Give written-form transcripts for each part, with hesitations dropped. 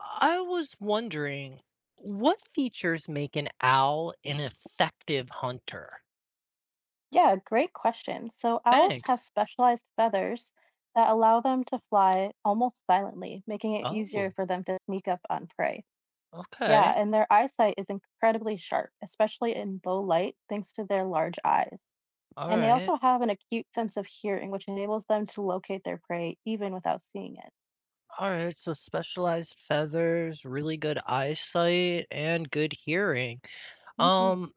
I was wondering, what features make an owl an effective hunter? Yeah, great question. So owls Thanks. have specialized feathers that allow them to fly almost silently, making it easier Oh, for them to sneak up on prey. Yeah, okay. and their eyesight is incredibly sharp, especially in low light, thanks to their large eyes. All And they right. also have an acute sense of hearing, which enables them to locate their prey even without seeing it. All right. So specialized feathers, really good eyesight, and good hearing. Hmm. Um,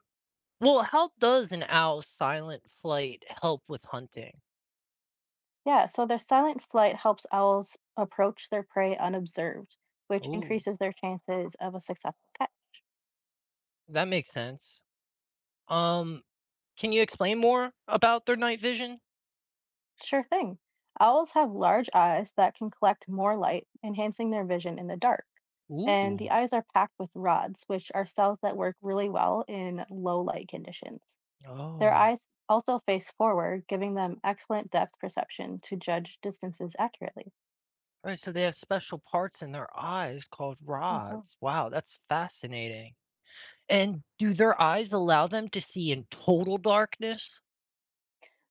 well, how does an owl's silent flight help with hunting? Yeah, so their silent flight helps owls approach their prey unobserved, which Ooh, increases their chances of a successful catch. that makes sense. Um, can you explain more about their night vision? Sure thing. Owls have large eyes that can collect more light, enhancing their vision in the dark. And Ooh. the eyes are packed with rods, which are cells that work really well in low light conditions. Their Oh. eyes also face forward, giving them excellent depth perception to judge distances accurately. All Right, so they have special parts in their eyes called Hmm. rods. Wow, that's fascinating. And do their eyes allow them to see in total darkness?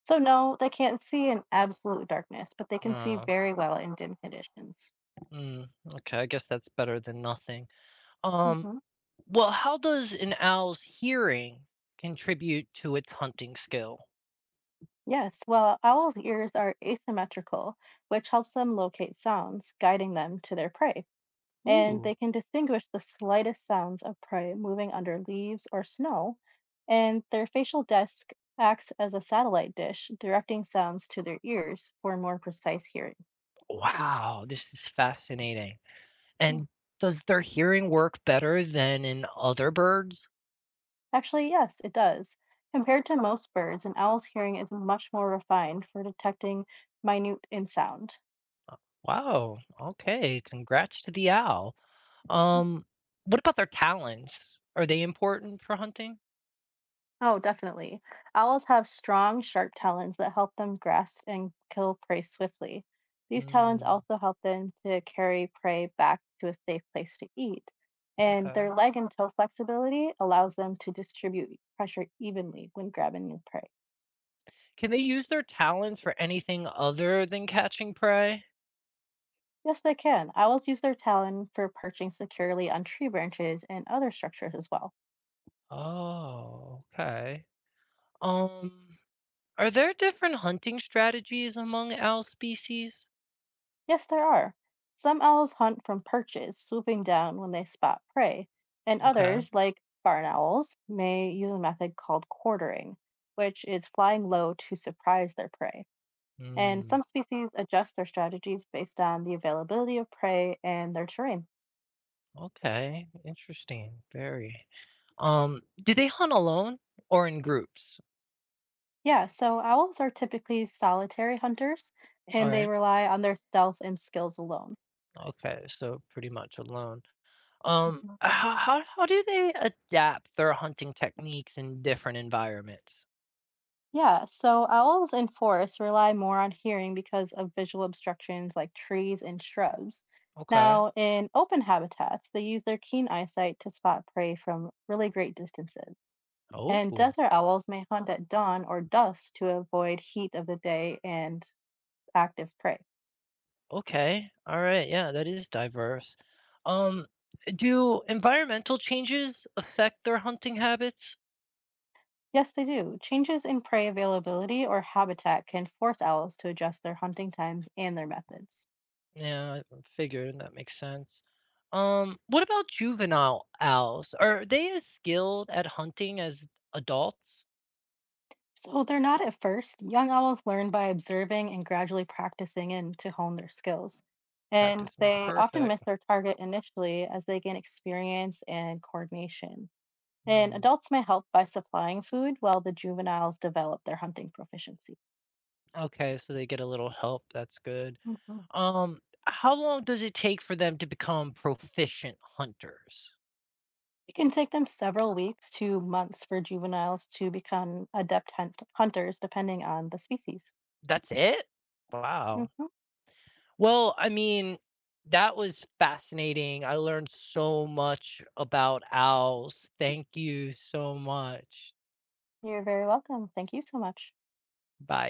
So, no, they can't see in absolute darkness, but they can see Uh, very well in dim conditions. mm, okay, I guess that's better than nothing. Um, Hmm. well, how does an owl's hearing contribute to its hunting skill? Yes, well, owls' ears are asymmetrical, which helps them locate sounds, guiding them to their prey. And Ooh, they can distinguish the slightest sounds of prey moving under leaves or snow, and their facial disc acts as a satellite dish, directing sounds to their ears for more precise hearing. wow, this is fascinating. Hmm. And does their hearing work better than in other birds? Actually, yes, it does. Compared to most birds, an owl's hearing is much more refined for detecting minute in sound. Wow, okay, congrats to the owl. Um, what about their talents? Are they important for hunting? Oh, definitely. Owls have strong, sharp talons that help them grasp and kill prey swiftly. These talons Hmm. also help them to carry prey back to a safe place to eat. And Okay. their leg and toe flexibility allows them to distribute pressure evenly when grabbing new prey. Can they use their talents for anything other than catching prey? Yes, they can. Owls use their talon for perching securely on tree branches and other structures as well. Oh, okay. Um, are there different hunting strategies among owl species? Yes, there are. Some owls hunt from perches, swooping down when they spot prey, and Okay. others, like barn owls, may use a method called quartering, which is flying low to surprise their prey. And Hmm. some species adjust their strategies based on the availability of prey and their terrain. Okay. Interesting. Very. Do they hunt alone or in groups? Yeah, so owls are typically solitary hunters, All and they right. rely on their stealth and skills alone. Okay, so pretty much alone. How how do they adapt their hunting techniques in different environments? Yeah, so owls in forests rely more on hearing because of visual obstructions like trees and shrubs. Okay. Now, in open habitats, they use their keen eyesight to spot prey from really great distances. And Oh, desert owls may hunt at dawn or dusk to avoid heat of the day and active prey. okay. All right. Yeah, that is diverse. Um, do environmental changes affect their hunting habits? Yes, they do. Changes in prey availability or habitat can force owls to adjust their hunting times and their methods. Yeah, I figured that makes sense. What about juvenile owls? Are they as skilled at hunting as adults? So they're not at first. Young owls learn by observing and gradually practicing in to hone their skills. And Practice makes they often miss perfect. their target initially as they gain experience and coordination. And Hmm. adults may help by supplying food while the juveniles develop their hunting proficiency. Okay, so they get a little help. That's good. Mhm. Um, how long does it take for them to become proficient hunters? It can take them several weeks to months for juveniles to become adept hunters, depending on the species. That's it? Wow. Mhm. Well, I mean, that was fascinating. I learned so much about owls. Thank you so much. You're very welcome. Thank you so much. Bye.